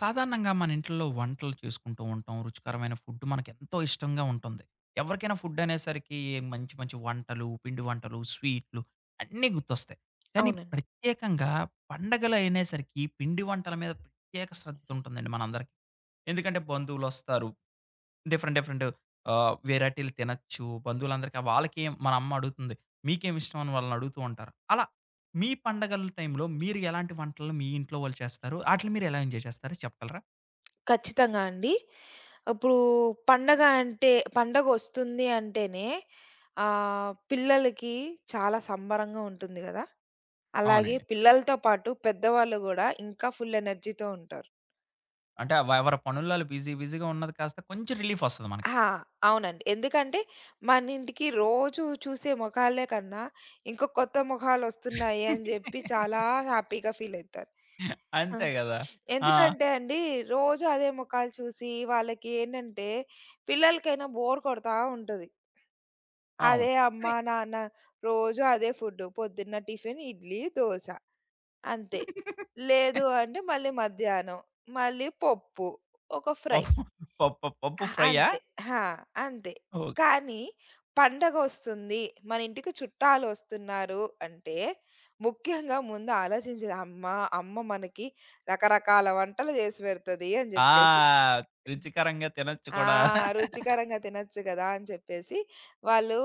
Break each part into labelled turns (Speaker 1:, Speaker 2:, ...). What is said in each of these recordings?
Speaker 1: సాధారణంగా మన ఇంట్లో వంటలు చేసుకుంటూ ఉంటాం. రుచికరమైన ఫుడ్ మనకెంతో ఇష్టంగా ఉంటుంది. ఎవరికైనా ఫుడ్ అనేసరికి మంచి మంచి వంటలు, పిండి వంటలు, స్వీట్లు అన్నీ గుర్తొస్తాయి. కానీ
Speaker 2: అవునండి.
Speaker 1: ప్రత్యేకంగా పండగలు అయినేసరికి పిండి వంటల మీద ప్రత్యేక శ్రద్ధ ఉంటుందండి మనందరికీ. ఎందుకంటే బంధువులొస్తారు. డిఫరెంట్ డిఫరెంట్ వెరైటీలు తినొచ్చు. బంధువులందరికీ వాళ్ళకి మన అమ్మ అడుగుతుంది. మీకేమి ఇష్టం అని వాళ్ళని అడుగుతూ ఉంటారు. అలా మీ పండగల టైంలో మీరు ఎలాంటి వంటలు మీ ఇంట్లో వాళ్ళు చేస్తారు? ఆటిలిని మీరు ఎలా ఎంజాయ్ చేస్తారో చెప్పగలరా?
Speaker 2: ఖచ్చితంగా అండి. ఇప్పుడు పండగ అంటే పండగొస్తుంది అంటేనే పిల్లలకి చాలా సంబరంగా ఉంటుంది గదా! అలాగే
Speaker 1: అవునండి.
Speaker 2: పిల్లలతో పాటు పెద్దవాళ్ళు గూడా ఇంకా ఫుల్ ఎనర్జీతో ఉంటారు.
Speaker 1: అంటే ఎవరి పనుల్లో ఆళ్ళు బిజీ బిజీగా ఉన్నది కాస్త కొంచెం రిలీఫొస్తది మనకి.
Speaker 2: ఆ! అవునండి. ఎందుకంటే మన ఇంటికి రోజు చూసే మొఖాలే కన్నా ఇంకా కొత్త మొఖాలొస్తున్నాయి అని జెప్పి చాలా హ్యాపీగా ఫీలయితారు. ఆ!
Speaker 1: అంతే గదా! ఆ!
Speaker 2: ఎందుకంటే అండి రోజు అదే మొఖాలు చూసి వాళ్ళకి ఏంటంటే పిల్లలకైనా బోర్ కొడతా ఉంటది.
Speaker 1: అవును.
Speaker 2: అదే
Speaker 1: కానీ
Speaker 2: అమ్మా, నాన్న రోజు అదే ఫుడ్డు. పొద్దున్న టిఫిన్ ఇడ్లీ, దోస అంతే. లేదు అంటే మళ్ళీ మధ్యాహ్నం, మళ్ళీ పప్పు, ఒక ఫ్రై
Speaker 1: పప్పు పప్పు పప్పు ఫ్రైయా?
Speaker 2: అంతే. ఆ! అంతే.
Speaker 1: ఓహ్!
Speaker 2: కానీ పండగొస్తుంది, మన ఇంటికి చుట్టాలొస్తున్నారు అంటే ముఖ్యంగా ముందు ఆలోచించేది అమ్మ, అమ్మ మనకి రకరకాల వంటలు చేసి పెడతది అని జెప్పేసి.
Speaker 1: ఆ! రుచికరంగా తినొచ్చు
Speaker 2: ఆ!
Speaker 1: కూడా.
Speaker 2: రుచికరంగా తినొచ్చు గదా! అని చెప్పేసి వాళ్ళు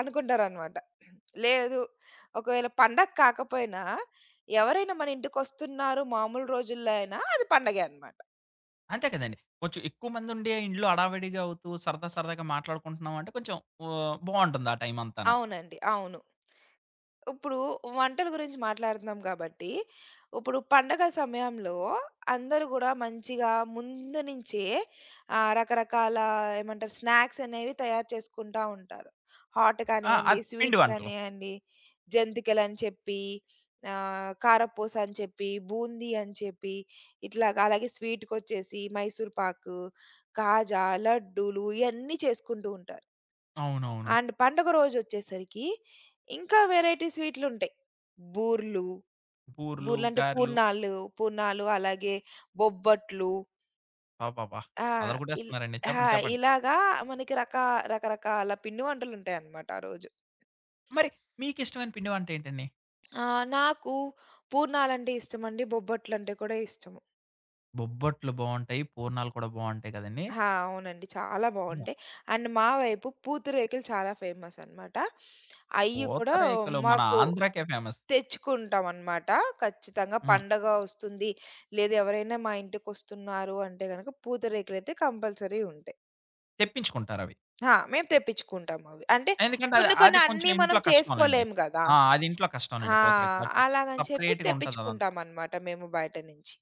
Speaker 2: అనుకుంటారనమాట. లేదు ఒకవేళ పండగ కాకపోయినా ఎవరైనా మన ఇంటికొస్తున్నారు మామూలు రోజుల్లో అయినా అది పండగే అనమాట.
Speaker 1: అంతే కదండీ. కొంచెం ఎక్కువ మందుండి ఇంట్లో హడావిడిగా అవుతూ సరదా సరదాగా మాట్లాడుకుంటున్నాం అంటే కొంచెం ఓహ్! బావుంటుంది ఆ టైం అంతాన.
Speaker 2: అవునండి. అవును. ఇప్పుడు వంటల గురించి మాట్లాడుతున్నాం కాబట్టి, ఇప్పుడు పండగ సమయంలో అందరూ గూడా మంచిగా ముందు నుంచే రకరకాల ఏమంటారు స్నాక్స్ అనేవి తయారు చేసుకుంటా ఉంటారు. హాట్
Speaker 1: ఆ!
Speaker 2: కానియండి,
Speaker 1: అది పిండి
Speaker 2: స్వీట్
Speaker 1: వంటలు.
Speaker 2: కానియండి, జంతికలని చెప్పి, కారపూస అని చెప్పి, బూందీ అని చెప్పి, ఇట్లాగా అలాగే స్వీట్‌కొచ్చేసి మైసూర్ పాకు, కాజా, లడ్డూలు ఇయన్నీ చేసుకుంటూ ఉంటారు.
Speaker 1: అవునవును.
Speaker 2: అండ్ పండుగ రోజొచ్చేసరికి ఇంకా వేరైటీ స్వీట్లుంటాయి. బూర్లు,
Speaker 1: బూర్లు,
Speaker 2: బూర్లంటే
Speaker 1: గారెలు
Speaker 2: పూర్ణాలు, పూర్ణాలు అలాగే బొబ్బట్లు.
Speaker 1: అబ్బబ్బబ్బా!
Speaker 2: ఆ! ఇల్
Speaker 1: అదరగొట్టేస్తున్నారండి.
Speaker 2: ఆ!
Speaker 1: చెప్పండి చెప్పండి.
Speaker 2: ఇలాగా మనకి రకరకాల పిండి వంటలుంటాయన్నమాట ఆ రోజు.
Speaker 1: మరి మీకిష్టమైన పిండి వంట ఏంటండి?
Speaker 2: ఆ! నాకు పూర్ణాలంటే ఇష్టమండి. బొబ్బట్లంటే కూడా ఇష్టము.
Speaker 1: బొబ్బట్లు బావుంటాయి. పూర్ణాలు కూడా బావుంటాయి కదండీ!
Speaker 2: ఆ! అవునండి. చాలా
Speaker 1: హ్మ్.
Speaker 2: బావుంటాయి. అండ్ మా వైపు పూతరేకులు చాలా ఫేమసనమాట. అయ్యి కూడా
Speaker 1: పూతరేకులు మన
Speaker 2: మాకు
Speaker 1: ఆంధ్రాకే ఫేమస్.
Speaker 2: తెచ్చుకుంటామనమాట. ఖచ్చితంగా
Speaker 1: హ్మ్.
Speaker 2: పండగ వస్తుంది, లేదు ఎవరైనా మా ఇంటికొస్తున్నారు అంటే గనక పూతరేకులైతే కంపల్సరీ ఉంటాయి.
Speaker 1: తెప్పించుకుంటారవి.
Speaker 2: ఆ! మేము తెప్పించుకుంటాం అవి. అంటే
Speaker 1: ఎందుకంటే
Speaker 2: కొన్ని
Speaker 1: అది
Speaker 2: కొన్ని
Speaker 1: కొంచెం
Speaker 2: అన్నీ మనం
Speaker 1: ఇంట్లో కష్టంలెండి.
Speaker 2: చేసుకోలేము గదా!
Speaker 1: ఆ! అది ఇంట్లో కష్టంలెండి
Speaker 2: ఆ!
Speaker 1: పూతరేకులు వాటిలి.
Speaker 2: అలాగని చెప్పి
Speaker 1: సెపరేట్‌గా ఉంటది అదంతా.
Speaker 2: తెప్పించుకుంటామనమాట మేము బయట నుంచి.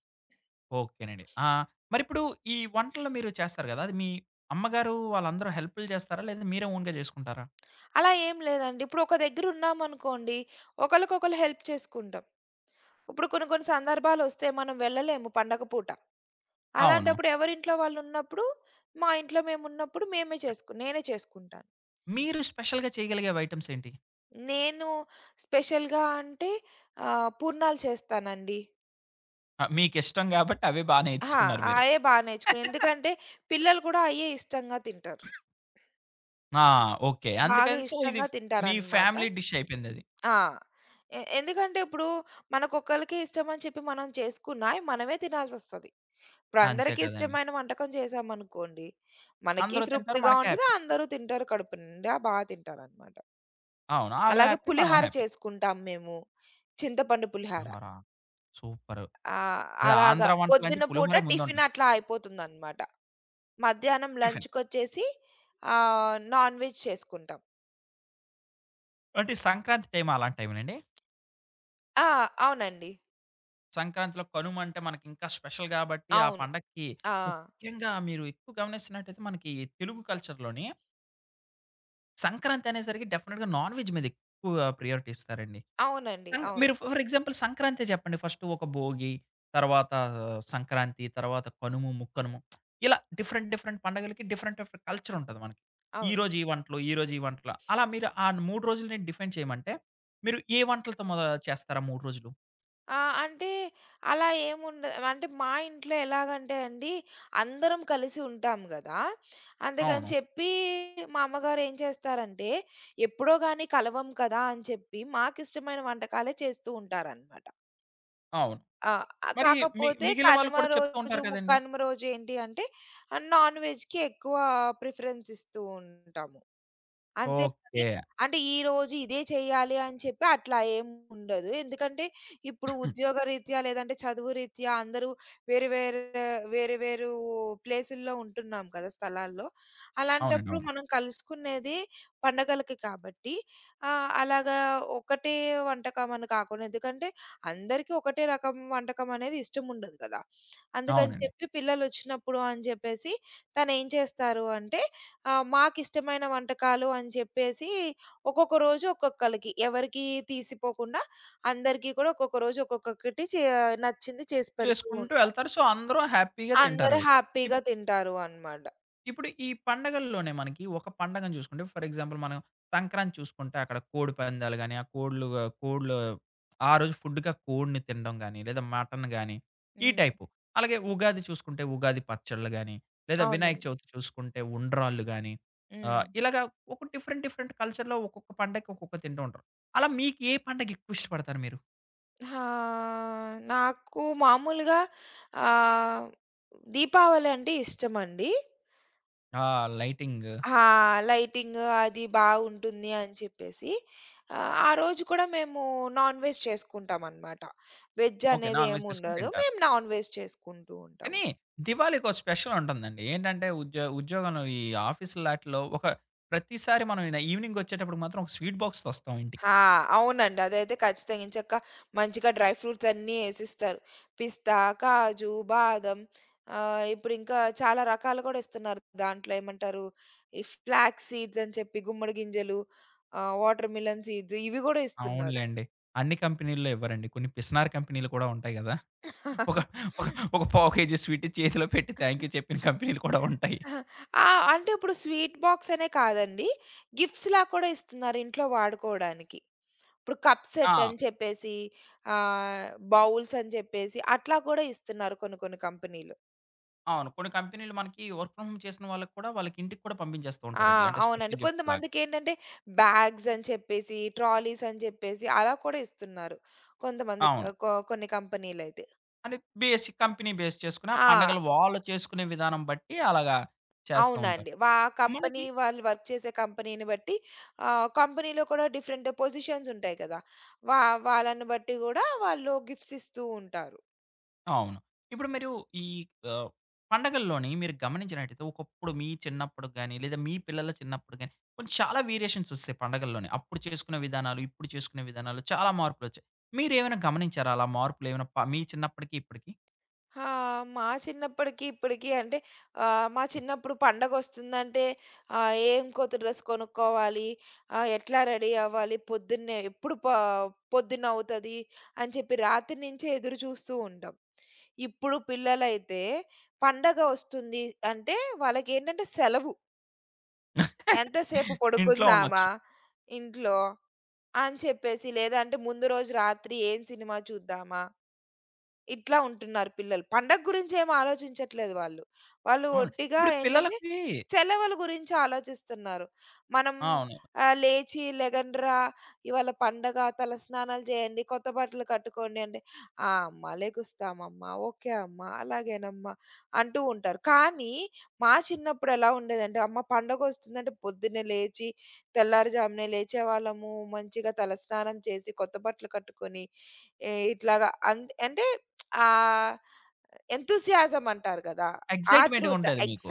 Speaker 1: ఓకేనండి. ఆ! మరిప్పుడు ఈ వంటలు మీరు చేస్తారు గదా! అది మీ అమ్మగారు వాళ్ళందరూ హెల్ప్‌లు చేస్తారా? లేదంటే మీరే ఓన్‌గా చేసుకుంటారా?
Speaker 2: అలా ఏం లేదండి. ఇప్పుడు ఒక దగ్గర ఉన్నామనుకోండి, ఒకళ్ళకొకళ్ళు హెల్ప్ చేసుకుంటాం. ఇప్పుడు కొన్ని కొన్ని సందర్భాలొస్తే మనం వెళ్ళలేము పండగ పూట.
Speaker 1: అవును.
Speaker 2: అలాంటప్పుడు ఎవరింట్లో వాళ్ళున్నప్పుడు, మా ఇంట్లో మేమున్నప్పుడు మేమే చేసుకు నేనే చేసుకుంటాను.
Speaker 1: మీరు స్పెషల్‌గా చేయగలిగేవి ఐటెమ్స్ ఏంటి?
Speaker 2: నేను స్పెషల్‌గా అంటే పూర్ణాలు చేస్తానండి.
Speaker 1: మీకిష్టం గాబట్టి అవే బా
Speaker 2: అహా!
Speaker 1: నేర్చుకున్నారు మీరు.
Speaker 2: అయే బా నేర్చుకున్నా. ఎందుకంటే పిల్లలు కూడా అయ్యే ఇష్టంగా తింటారు.
Speaker 1: ఆ! ఓకే.
Speaker 2: బాగా
Speaker 1: అందుకని సో, ఇది
Speaker 2: ఇష్టంగా
Speaker 1: మీ
Speaker 2: తింటారనమాట.
Speaker 1: Family dish అయిపోయిందది.
Speaker 2: ఆ! ఎందుకంటే ఇప్పుడు మనకొక్కళ్ళకే ఇష్టమని చెప్పి మనం చేసుకున్నా అయి మనమే తినాల్సొస్తది. ఇప్పుడు
Speaker 1: అంతే
Speaker 2: అందరికీ
Speaker 1: కదండీ.
Speaker 2: ఇష్టమైన వంటకం చేశామనుకోండి, మనకి
Speaker 1: అందరూ తింటారు.
Speaker 2: తృప్తిగా
Speaker 1: మనకి
Speaker 2: ఉంటది.
Speaker 1: హ్యాపీ.
Speaker 2: అందరూ తింటారు కడుపు నిండా బా తింటారనమాట.
Speaker 1: అవును. ఆళ్ళు
Speaker 2: అలాగే
Speaker 1: హ్యాపీ. మనం
Speaker 2: పులిహార
Speaker 1: హ్యాపీ.
Speaker 2: చేసుకుంటాం మేము. చింతపండు పులిహార.
Speaker 1: పులిహోర సూపరు.
Speaker 2: ఆ!
Speaker 1: అది
Speaker 2: అలాగా
Speaker 1: ఆంధ్ర వంటలంటే
Speaker 2: పొద్దున పూట
Speaker 1: పులిహోరే
Speaker 2: టిఫిన్
Speaker 1: ముందుంటది.
Speaker 2: అట్లా అయిపోతుందనమాట. మధ్యాహ్నం
Speaker 1: టిఫిన్.
Speaker 2: లంచ్‌కొచ్చేసి నాన్ వెజ్ చేసుకుంటాం.
Speaker 1: అంటే సంక్రాంతి టైమా అలాంటి టైములండి?
Speaker 2: ఆ! అవునండి.
Speaker 1: సంక్రాంతిలో కనుమ అంటే మనకింకా స్పెషల్ గాబట్టి, ఆ
Speaker 2: అవును.
Speaker 1: పండక్కి
Speaker 2: ఆ!
Speaker 1: ముఖ్యంగా మీరు ఎక్కువ గమనిస్తున్నట్టయితే మనకి తెలుగు కల్చర్‌లోని సంక్రాంతి అనేసరికి డెఫినిట్‌గా నాన్ వెజ్ మీద ఎక్కువ ప్రియారిటీ ఇస్తారండి.
Speaker 2: అవునండి. అవును.
Speaker 1: మీరు ఫర్ ఎగ్జాంపుల్ సంక్రాంతే చెప్పండి. ఫస్ట్ ఒక భోగి, తర్వాత సంక్రాంతి, తర్వాత కనుమ, ముక్కనుమ ఇలా డిఫరెంట్ డిఫరెంట్ పండగలకి డిఫరెంట్ డిఫరెంట్ కల్చర్ ఉంటది మనకి.
Speaker 2: అవును.
Speaker 1: ఈరోజు ఈ వంటలు, ఈరోజు ఈ వంటలు అలా మీరు ఆ 3 రోజులు నేను డిఫైన్ చేయమంటే, మీరు ఏ వంటలతో చేస్తారు ఆ 3 రోజులు?
Speaker 2: ఆ! అంటే అలా ఏముండ అంటే మా ఇంట్లో ఎలాగంటే అండి, అందరం కలిసి ఉంటాం గదా! అందుకని
Speaker 1: అవును.
Speaker 2: చెప్పి మా అమ్మగారు ఏం చేస్తారంటే, ఎప్పుడో గాని కలవం కదా! అని చెప్పి మాకిష్టమైన వంటకాలే చేస్తూ ఉంటారనమాట.
Speaker 1: అవును.
Speaker 2: ఆ!
Speaker 1: మరి
Speaker 2: కాకపోతే
Speaker 1: మిగిలిన వాళ్ళు
Speaker 2: కనుమ
Speaker 1: కూడా చెప్తూ
Speaker 2: రోజు,
Speaker 1: ఉంటారు కదండీ!
Speaker 2: ముక్కనుమ రోజు ఏంటి అంటే నాన్ వెజ్‌కి ఎక్కువ ప్రిఫరెన్స్ ఇస్తూ ఉంటాము. అంతే కానీ
Speaker 1: ఓకే.
Speaker 2: అంటే ఈరోజు ఇదే చేయాలి అని చెప్పి అట్లా ఏముండదు. ఎందుకంటే ఇప్పుడు ఉద్యోగరీత్యా లేదంటే చదువు రీత్యా అందరూ వేరు వేరే వేరు వేరు ప్లేసుల్లో ఉంటున్నాం కదా! స్థలాల్లో.
Speaker 1: అవునండి.
Speaker 2: అలాంటప్పుడు
Speaker 1: అవును.
Speaker 2: మనం కలుసుకునేది పండగలకి కాబట్టి అలాగా ఒకటే వంటకం అని కాకుండా ఎందుకంటే అందరికీ ఒకటే రకం వంటకం అనేది ఇష్టం ఉండదు కదా! అందుకని
Speaker 1: అవునండి.
Speaker 2: చెప్పి పిల్లలొచ్చినప్పుడు అని చెప్పేసి తనేం చేస్తారు అంటే ఆ! మాకిష్టమైన వంటకాలు అని చెప్పేసి ఒక్కొక్క రోజు ఒక్కొక్కళ్ళకి ఎవరికీ తీసిపోకుండా అందరికీ కూడా ఒక్కొక్క రోజు ఒక్కొక్కటి నచ్చింది చేసి పెడుతూ
Speaker 1: చేసుకుంటూ
Speaker 2: ఉంటా.
Speaker 1: ఎళ్తారు. సో, అందరూ హ్యాపీగా
Speaker 2: అందరూ
Speaker 1: తింటారవి. ఇప్
Speaker 2: హ్యాపీగా తింటారు అనమాట.
Speaker 1: ఇప్పుడు ఈ పండగల్లోనే మనకి ఒక పండగను చూసుకుంటే ఫర్ ఎగ్జాంపుల్ మనం సంక్రాంతి చూసుకుంటే అక్కడ కోడి పందాలు గాని, ఆ కోడ్లు కోడ్లు ఆ రోజు ఫుడ్‌గా కోడిని తినడం గాని, లేదా మటన్ గాని ఈ
Speaker 2: హ్మ్.
Speaker 1: టైపు. అలాగే ఉగాది చూసుకుంటే ఉగాది పచ్చళ్ళు గాని, లేదా వినాయక
Speaker 2: అవునండి.
Speaker 1: చవితి చూసుకుంటే ఉండ్రాళ్ళు గాని,
Speaker 2: హ్మ్.
Speaker 1: ఇలాగ ఒక డిఫరెంట్ డిఫరెంట్ కల్చర్‌లో ఒక్కొక్క పండగకి ఒక్కొక్క తింటూ ఉంటారు. అలా మీకు ఏ పండగ ఎక్కువ ఇష్టపడతారు మీరు?
Speaker 2: ఆ! నాకు మామూలుగా ఆహ్, దీపావళి అంటే ఇష్టమండి.
Speaker 1: ఆ! లైటింగ్
Speaker 2: ఆ! లైటింగ్ అది బావుంటుంది అని చెప్పేసి. ఆ రోజు కూడా మేము నాన్ వెజ్ చేసుకుంటామనమాట. Veg
Speaker 1: okay.
Speaker 2: అనేది
Speaker 1: నాన్ వెజ్ చేసుకొని
Speaker 2: ఏముండదు.
Speaker 1: తింటారు.
Speaker 2: మేము నాన్ వెజ్ చేసుకుంటూ ఉంటాము.
Speaker 1: కానీ దివాళీకో స్పెషల్ ఉంటుందండి. ఏంటంటే ఉద్యోగంలో ఈ ఆఫీసులాటిలో ఒక ప్రతిసారి మనం ఈవినింగ్ వచ్చేటప్పుడు మాత్రం ఒక స్వీట్ బాక్స్‌తో వస్తాం ఇంటికి.
Speaker 2: ఆ! అవునండి. అదైతే ఖచ్చితంగా ఎంచక్కా మంచిగా డ్రై ఫ్రూట్స్ అన్నీ యేసిస్తారు. పిస్తా, కాజు, బాదం ఇప్పుడింకా చాలా రకాలు గూడా ఇస్తున్నారు. దాంట్లో ఏమంటారు, ఈ ఫ్లాక్స్ సీడ్స్ అని చెప్పి గుమ్మడి గింజలు, వాటర్ మిలన్ సీడ్స్ ఇవి గూడా ఇస్తున్నారు.
Speaker 1: అవునులెండి. అన్ని కంపెనీల్లో ఇవ్వరండి. కొన్ని పిసినారి కంపెనీలు కూడా ఉంటాయి గదా! ఒక ఒక ఒక పావు కేజీ స్వీట్ చేతిలో పెట్టి థాంక్ యూ చెప్పిన కంపెనీలు కూడా ఉంటాయి.
Speaker 2: అహా! ఆ! అంటే ఇప్పుడు స్వీట్ బాక్స్ అనే కాదండి. గిఫ్ట్స్‌లా కూడా ఇస్తున్నారు ఇంట్లో వాడుకోవడానికి. ఇప్పుడు కప్ సెట్
Speaker 1: ఆ!
Speaker 2: అని చెప్పేసి, ఆహ్, బౌల్స్ అని చెప్పేసి అట్లా కూడా ఇస్తున్నారు కొన్ని కొన్ని కంపెనీలు.
Speaker 1: అవును. కొన్ని కంపెనీలు మనకి వర్క్ ఫ్రమ్ హోమ్ చేసిన వాళ్ళకి కూడా వాళ్ళకి ఇంటికి కూడా పంపించేస్తూ
Speaker 2: ఆ!
Speaker 1: ఉంటారండి. అంటే
Speaker 2: అవునండి.
Speaker 1: స్పెషల్ గిఫ్ట్స్ లాగా.
Speaker 2: కొంతమందికేంటంటే బ్యాగ్స్ అని చెప్పేసి, ట్రాలీస్ అని చెప్పేసి అలా కూడా ఇస్తున్నారు. కొంతమంది
Speaker 1: అవును.
Speaker 2: ఆహ్, కొ కొన్ని కంపెనీలైతే.
Speaker 1: అంటే బేసిక్ కంపెనీ బేస్ చేసుకొని ఆ
Speaker 2: ఆ!
Speaker 1: పండగలు వాళ్ళు చేసుకునే విధానం బట్టి అలాగా చేస్తూ ఉంటారు.
Speaker 2: అవునండి. కంపెనీ
Speaker 1: మనకి
Speaker 2: వాళ్ళు వర్క్ చేసే కంపెనీని బట్టి కంపెనీలో కూడా డిఫరెంట్ పొజిషన్స్ ఉంటాయి కదా! వా వాళ్ళని బట్టి గూడా వాళ్ళు గిఫ్ట్స్ ఇస్తూ ఉంటారు.
Speaker 1: అవును. ఇప్పుడు మీరు ఈ ఆహ్, పండగల్లోని మీరు గమనించినట్టయితే ఒకప్పుడు మీ చిన్నప్పుడు గాని, లేదా మీ పిల్లల చిన్నప్పుడు గాని, కొన్ని చాలా వేరియేషన్స్ ఒస్తాయి పండగల్లోనే. అప్పుడు చేసుకునే విధానాలు, ఇప్పుడు చేసుకునే విధానాలు చాలా మార్పులొచ్చాయి. మీరేమైనా గమనించారా అలా మార్పులేమైనా మీ చిన్నప్పటికి ఇప్పటికి?
Speaker 2: ఆ! మా చిన్నప్పటికి, ఇప్పటికి అంటే మా చిన్నప్పుడు పండగొస్తుందంటే ఏం కొత్త డ్రెస్ కొనుక్కోవాలి, ఎట్లా రెడీ అవ్వాలి, పొద్దున్నే ఎప్పుడు పొద్దునవుతది అని చెప్పి రాత్రి నుంచే ఎదురు చూస్తూ ఉంటాం. ఇప్పుడు పిల్లలైతే పండగ వస్తుంది అంటే వాళ్ళకేంటంటే సెలవు. ఎంతసేపు
Speaker 1: ఇంట్లో
Speaker 2: పడుకుందామా
Speaker 1: ఉండొచ్చు.
Speaker 2: ఇంట్లో? అని చెప్పేసి, లేదంటే ముందు రోజు రాత్రి ఏం సినిమా చూద్దామా? ఇట్లా ఉంటున్నారు పిల్లలు. పండగ గురించి ఏమి ఆలోచించట్లేదు వాళ్ళు. వాళ్ళు
Speaker 1: అవును.
Speaker 2: ఒట్టిగా
Speaker 1: ఇప్పుడు పిల్లలకి
Speaker 2: ఏంటంటే సెలవుల గురించి ఆలోచిస్తున్నారు. మనం
Speaker 1: అవును.
Speaker 2: లేచి లెగండ్రా ఇవాళ పండగ తలస్నానాలు చేయండి, కొత్త బట్టలు కట్టుకోండి అంటే, "ఆ! అమ్మ లెగుస్తామమ్మా, ఓకే అమ్మా, అలాగేనమ్మా" అంటూ ఉంటారు. కానీ మా చిన్నప్పుడు ఎలా ఉండేదంటే, అమ్మ పండగొస్తుందంటే పొద్దున్నే లేచి తెల్లారుజామునే లేచేవాళ్ళము. మంచిగా తలస్నానం చేసి, కొత్త బట్టలు కట్టుకొని ఏ ఇట్లాగా అన్ అంటే ఆహ్, ఎంతూసియాజం అంటారు కదా!
Speaker 1: ఎక్సైట్‌మెంట్‌గా
Speaker 2: ఆతృత,
Speaker 1: ఉంటది మీకు.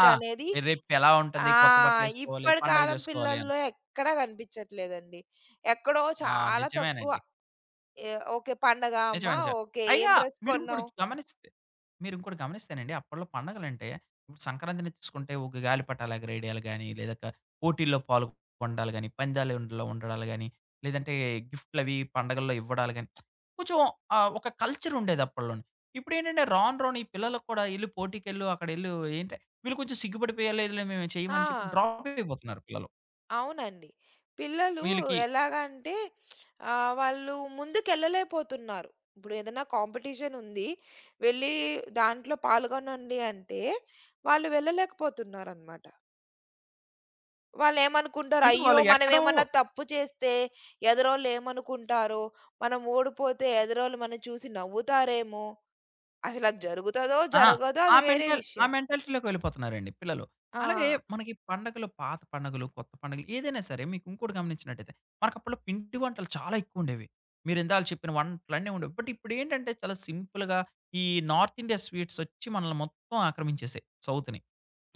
Speaker 1: ఆ!
Speaker 2: అనేది
Speaker 1: రేపు ఎలా ఉంటది?
Speaker 2: ఆ!
Speaker 1: కొత్త బట్టలేసుకోవాలి,
Speaker 2: ఇప్పటి
Speaker 1: పండగ
Speaker 2: కాలం
Speaker 1: జేసుకోవాలి అని.
Speaker 2: పిల్లల్లో ఎక్కడా కనిపించట్లేదండి. ఎక్కడో
Speaker 1: ఆ!
Speaker 2: చాలా తక్కువ.
Speaker 1: నిజమేనండి.
Speaker 2: ఎ ఓకే. పండగ
Speaker 1: నిజమే.
Speaker 2: అమ్మా,
Speaker 1: నిజమే.
Speaker 2: ఓకే. ఏం
Speaker 1: పైగా
Speaker 2: డ్రెస్
Speaker 1: మీరింకోటి
Speaker 2: కొన్నావు?
Speaker 1: గమనిస్తే మీరింకోటి గమనిస్తేనండి అప్పట్లో పండగలంటే ఇప్పుడు సంక్రాంతిని తీసుకుంటే ఒక గాలిపటాలు ఎగరేయడాలు గాని, లేదా పోటీల్లో పాల్గొనడాలు గాని, పందాలలో ఉండడాలు గాని, లేదంటే గిఫ్ట్‌లవి పండగల్లో ఇవ్వడాలు గాని, కొంచెం ఒక కల్చర్ ఉండేది అప్పట్లోని. ఇప్పుడేంటంటే రాను రాను ఈ పిల్లలకి కూడా "ఎళ్లి పోటీకెళ్ళు, అక్కడెళ్ళు" ఏంటే వీళ్ళు కొంచెం సిగ్గుపడిపోయారు. లేదులే మేము
Speaker 2: ఆ!
Speaker 1: చేయమని చెప్పి డ్రాప్ అయిపోతున్నారు పిల్లలు.
Speaker 2: అవునండి. పిల్లలు
Speaker 1: వీళ్ళకి
Speaker 2: ఎలాగంటే వాళ్ళు ముందుకెళ్ళలేకపోతున్నారు. ఇప్పుడు ఏదైనా కాంపిటీషన్ ఉంది. వెళ్ళి దాంట్లో పాల్గొనండి అంటే, వాళ్ళు వెళ్ళలేకపోతున్నారనమాట. వాళ్ళేమనుకుంటారు,
Speaker 1: అంటే
Speaker 2: అయ్యో!
Speaker 1: వాళ్ళు ఎక్కడో
Speaker 2: మనమేమన్నా తప్పు చేస్తే ఎదురోళ్ళు ఏమనుకుంటారో, మనం ఓడిపోతే ఎదురోళ్ళు మనం చూసి నవ్వుతారేమో, అసలది జరుగుతదో,
Speaker 1: ఆ!
Speaker 2: జరగదో
Speaker 1: ఆ
Speaker 2: అది వేరే
Speaker 1: మెంటాల్ ఆ
Speaker 2: విషయం.
Speaker 1: మెంటాలిటీలోకి వెళ్ళిపోతున్నారండి పిల్లలు.
Speaker 2: ఆ!
Speaker 1: అలాగే మనకి పండగలు పాత పండగలు, కొత్త పండగలు ఏదైనా సరే మీకు ఇంకోటి గమనించినట్టయితే మనకప్పట్లో పిండి వంటలు చాలా ఎక్కువుండేవి. మీరిందాల చెప్పిన వంటలన్నీ ఉండేవి. బట్ ఇప్పుడేంటంటే చాలా సింపుల్‌గా ఈ నార్త్ ఇండియా స్వీట్స్ వచ్చి మనల్ని మొత్తం ఆక్రమించేసాయి సౌత్‌ని.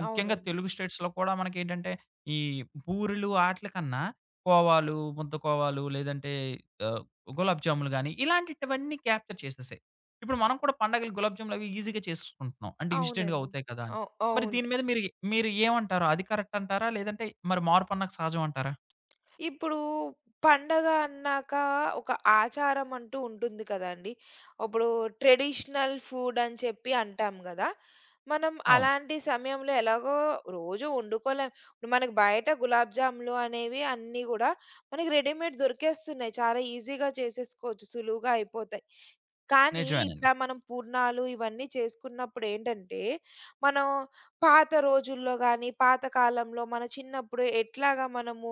Speaker 1: ముఖ్యంగా
Speaker 2: అవునండి.
Speaker 1: తెలుగు స్టేట్స్‌లో కూడా మనకేంటంటే, ఈ బూరెలు ఆట్లి కన్నా, కోవాలు, ముద్దకోవాలు లేదంటే ఆహ్, గులాబ్ జాములు గాని, ఇలాంటిటివన్నీ క్యాప్చర్ చేసేసాయి. ఇప్పుడు మనం కూడా పండగలు గులాబ్ జాములు అవి ఈజీగా చేసేసుకుంటున్నాం. అంటే ఇన్‌స్టెంట్‌గా
Speaker 2: అవునండి.
Speaker 1: అవుతాయి కదా అని. మరి
Speaker 2: అవును.
Speaker 1: దీని మీద మీరు మీరు ఏమంటారు? అది కరెక్ట్ అంటారా? లేదంటే మరి మార్పన్నకు సహజం అంటారా?
Speaker 2: ఇప్పుడు పండగ అన్నాక ఒక ఆచారం అంటూ ఉంటుంది కదండీ! ఇప్పుడు ట్రెడిషనల్ ఫుడ్ అని చెప్పి అంటాం గదా! మనం
Speaker 1: అవును.
Speaker 2: అలాంటి సమయంలో ఎలాగో రోజు వండుకోలేం. ఇప్పుడు మనకు బయట గులాబ్ జాములు అనేవి అన్నీ గూడా మనకి రెడీమేడ్ దొరికేస్తున్నాయి. చాలా ఈజీగా చేసేసుకోవచ్చు. సులువుగా అయిపోతాయి. కానీ
Speaker 1: నిజమేనండి.
Speaker 2: ఇట్లా మనం పూర్ణాలు ఇవన్నీ చేసుకున్నప్పుడు ఏంటంటే, మనం పాత రోజుల్లో గాని, పాత కాలంలో మన చిన్నప్పుడు ఎట్లాగా మనము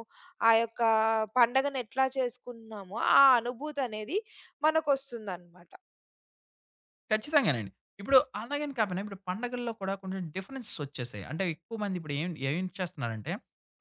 Speaker 2: ఆ యొక్క పండగను ఎట్లా చేసుకున్నామో, ఆ అనుభూతనేది మనకొస్తుందనమాట.
Speaker 1: ఖచ్చితంగానండి. ఇప్పుడు అలాగని కాపోయినా ఇప్పుడు పండగల్లో కూడా కొంచెం డిఫరెన్సెస్ వచ్చేసాయి. అంటే ఎక్కువ మంది ఇప్పుడు ఏం ఏం చేస్తున్నారంటే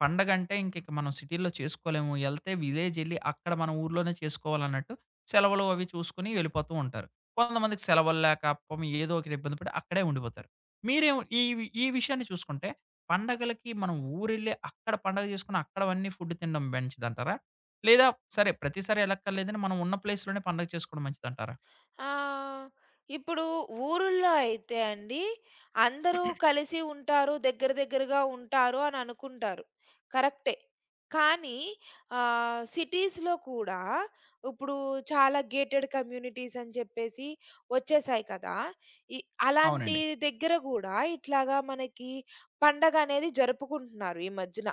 Speaker 1: పండగంటే ఇంకిక మనం సిటీ‌ల్లో చేసుకోలేము. ఎళ్తే విలేజ్ ఎళ్లి అక్కడ మన ఊర్లోనే చేసుకోవాలన్నట్టు సెలవులు అవి చూసుకొని వెళ్ళిపోతూ ఉంటారు. కొంతమందికి సెలవులు లేక పాపం ఏదో ఒక ఇబ్బంది పడి అక్కడే ఉండిపోతారు. మీరేం ఈ ఈ విషయాన్ని చూసుకుంటే పండగలకి మనం ఊరెళ్ళి అక్కడ పండగ చేసుకొని అక్కడవన్నీ ఫుడ్ తినడం మంచిదంటారా? లేదా సరే ప్రతిసారి ఎళ్ళక్కర్లేదని మనం ఉన్న ప్లేస్‌లోనే పండగ చేసుకోవడం మంచిదంటారా?
Speaker 2: ఆ! ఇప్పుడు ఊరుల్లో అయితే అండి, అందరూ కలిసి ఉంటారు, దగ్గర దగ్గరగా ఉంటారు అని అనుకుంటారు. కరెక్టే. కానీ సిటీస్‌లో కూడా ఇప్పుడు చాలా గేటెడ్ కమ్యూనిటీస్ అని చెప్పేసి వచ్చేసాయి కదా! ఇ అలాంటి
Speaker 1: అవునండి.
Speaker 2: దగ్గర గూడా ఇట్లాగా మనకి పండగనేది జరుపుకుంటున్నారు ఈ మధ్యన.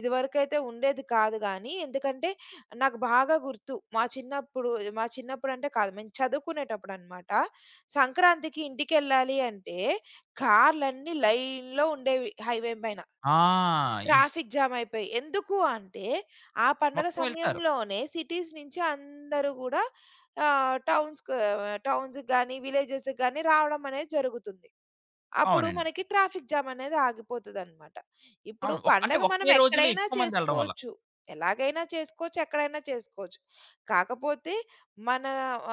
Speaker 2: ఇదివరకైతే ఉండేది కాదు గానీ, ఎందుకంటే నాకు బాగా గుర్తు. మా చిన్నప్పుడు మా చిన్నప్పుడంటే కాదు. మేము చదువుకునేటప్పుడనమాట. సంక్రాంతికి ఇంటికెళ్ళాలి అంటే కార్‌లన్నీ లైన్‌లో ఉండేవి హైవే పైన.
Speaker 1: ఆ! ఇప్
Speaker 2: ట్రాఫిక్ జామ్ అయిపోయి. ఎందుకు అంటే ఆ పండగ
Speaker 1: మొత్తం ఎళ్తారు.
Speaker 2: సమయంలోనే సిటీస్ నుంచి అందరూ గూడా ఆహ్, టౌన్స్‌కు టౌన్స్‌కి గాని, విలేజెస్‌కి గాని రావడం అనేది జరుగుతుంది. అప్పుడు
Speaker 1: అవునండి.
Speaker 2: మనకి ట్రాఫిక్ జామ్ అనేది ఆగిపోతదనమాట. ఇప్పుడు
Speaker 1: అవును. అంటే
Speaker 2: పండగ మనం
Speaker 1: ఒకే రోజులో
Speaker 2: ఎక్కడైనా
Speaker 1: ఎక్కువ మందెళ్ళడం వల్ల.
Speaker 2: చేసుకోవచ్చు. ఎలాగైనా చేసుకోవచ్చు. ఎక్కడైనా చేసుకోవచ్చు. కాకపోతే మన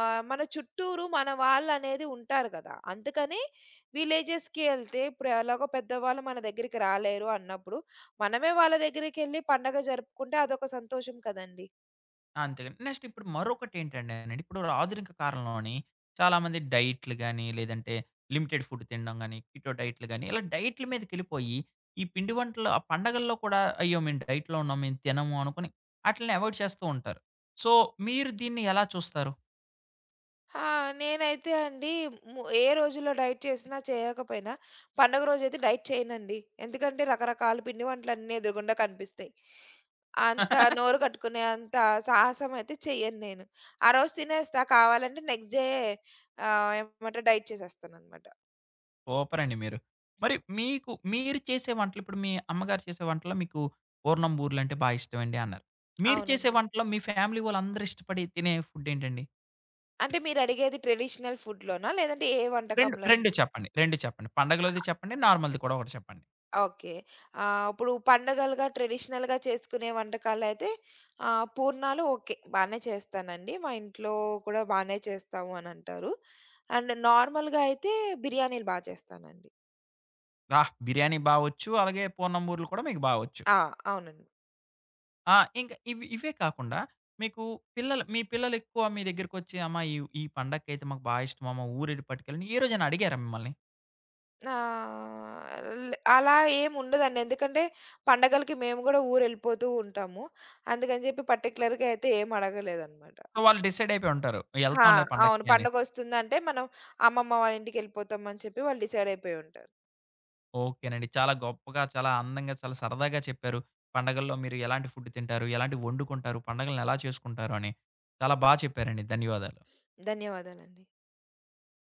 Speaker 2: మన చుట్టూరు మన వాళ్ళనేది ఉంటారు కదా! అందుకని విలేజెస్‌కి ఎళ్తే ఇప్పుడు ఎలాగో పెద్దవాళ్ళు మన దగ్గరికి రాలేరు అన్నప్పుడు, మనమే వాళ్ళ దగ్గరికెళ్లి పండగ జరుపుకుంటే అదొక సంతోషం కదండీ!
Speaker 1: అంతేగాని నెక్స్ట్ ఇప్పుడు మరొకటేంటంటేనండి, ఇప్పుడు ఆధునిక కాలంలోని చాలామంది డైట్‌లు గాని, లేదంటే లిమిటెడ్ ఫుడ్ తినడం గాని, కిటో డైట్‌లు గాని, ఇలా డైట్‌ల మీదకెళ్ళిపోయి, ఈ పిండి వంటలు ఆ పండగల్లో కూడా అయ్యో! మేము డైట్‌లో ఉన్నాం, మేము తినము అనుకోని ఆటిలిని అవాయిడ్ చేస్తూ ఉంటారు. సో, మీరు దీన్ని ఎలా చూస్తారు?
Speaker 2: ఆ! నేనైతే అండి ఏ రోజుల్లో డైట్ చేసినా, చేయకపోయినా పండుగ రోజైతే డైట్ చేయనండి. ఎందుకంటే రకరకాల పిండి వంటలన్నీ ఎదురుగుండా కనిపిస్తాయి. అంత నోరు కట్టుకునే అంత సాహసం అయితే చెయ్యను నేను. ఆ రోజు తినేస్తా కావాలంటే నెక్స్ట్ డే ఏమంటారు డైట్ చేసేస్తాననమాట.
Speaker 1: సూపరండి మీరు. మరి మీకు మీరు చేసే వంటలు ఇప్పుడు మీ అమ్మగారు చేసే వంటల్లో మీకు పూర్ణం, బూరెలంటే బా ఇష్టమండి అన్నారు. మీరు చేసే
Speaker 2: అవునండి.
Speaker 1: వంటల్లో మీ ఫ్యామిలీ వాళ్ళందరూ ఇష్టపడి తినే ఫుడ్ ఏంటండి?
Speaker 2: అంటే మీరడిగేది ట్రెడిషనల్ ఫుడ్‌లోనా? లేదంటే ఏ
Speaker 1: 2,
Speaker 2: వంటకంలో అయినా?
Speaker 1: 2 చెప్పండి. 2 చెప్పండి. పండగలది చెప్పండి. నార్మల్‌ది కూడా ఒకటి చెప్పండి.
Speaker 2: ఓకే. ఇప్పుడు పండగలుగా ట్రెడిషనల్‌గా చేసుకునే వంటకాలైతే పూర్ణాలు ఓకే. బానే చేస్తానండి. మా ఇంట్లో కూడా బానే చేస్తాము అనంటారు. అండ్ నార్మల్‌గా అయితే బిర్యానీలు బా చేస్తానండి.
Speaker 1: ఆహ్! బిర్యానీ బా వచ్చు. అలాగే పూర్ణం, బూరెలు కూడా మీకు బా వచ్చు.
Speaker 2: ఆ! అవునండి.
Speaker 1: ఆ! ఇంకా ఇవి ఇవే కాకుండా మీకు మీ పిల్లలు ఎక్కువ మీ దగ్గరికొచ్చి అమ్మ ఈ ఈ పండగకైతే మాకు బా ఇష్టం అమ్మ ఊరెళ్ళి పట్టుకెళ్ళండి. ఏ రోజైనా అడిగారా మిమ్మల్ని?
Speaker 2: ఆహ్, ల్ అలా ఏముండదండి. ఎందుకంటే పండగలకి మేము గూడా ఊరెళ్ళిపోతూ ఉంటాము. అందుకని జెప్పి పర్టిక్యులర్‌గా అయితే ఏం అడగలేదనమాట.
Speaker 1: సో, వాళ్ళు డిసైడ్ అయిపోయి ఉంటారు.
Speaker 2: ఆ!
Speaker 1: ఎళ్తాంలే
Speaker 2: అవును.
Speaker 1: పండక్కి అనేసి.
Speaker 2: పండగొస్తుందంటే మనం అమ్మమ్మ వాళ్ళ ఇంటికెళ్ళిపోతామని చెప్పి వాళ్ళు డిసైడ్ అయిపోయి ఉంటారు.
Speaker 1: ఓకేనండి. చాలా గొప్పగా, చాలా అందంగా, చాలా సరదాగా చెప్పారు. పండగల్లో మీరు ఎలాంటి ఫుడ్ తింటారు? ఎలాంటివి వండుకుంటారు? పండగలను ఎలా చేసుకుంటారు అని. చాలా బా చెప్పారండి. ధన్యవాదాలు.
Speaker 2: ధన్యవాదాలండి.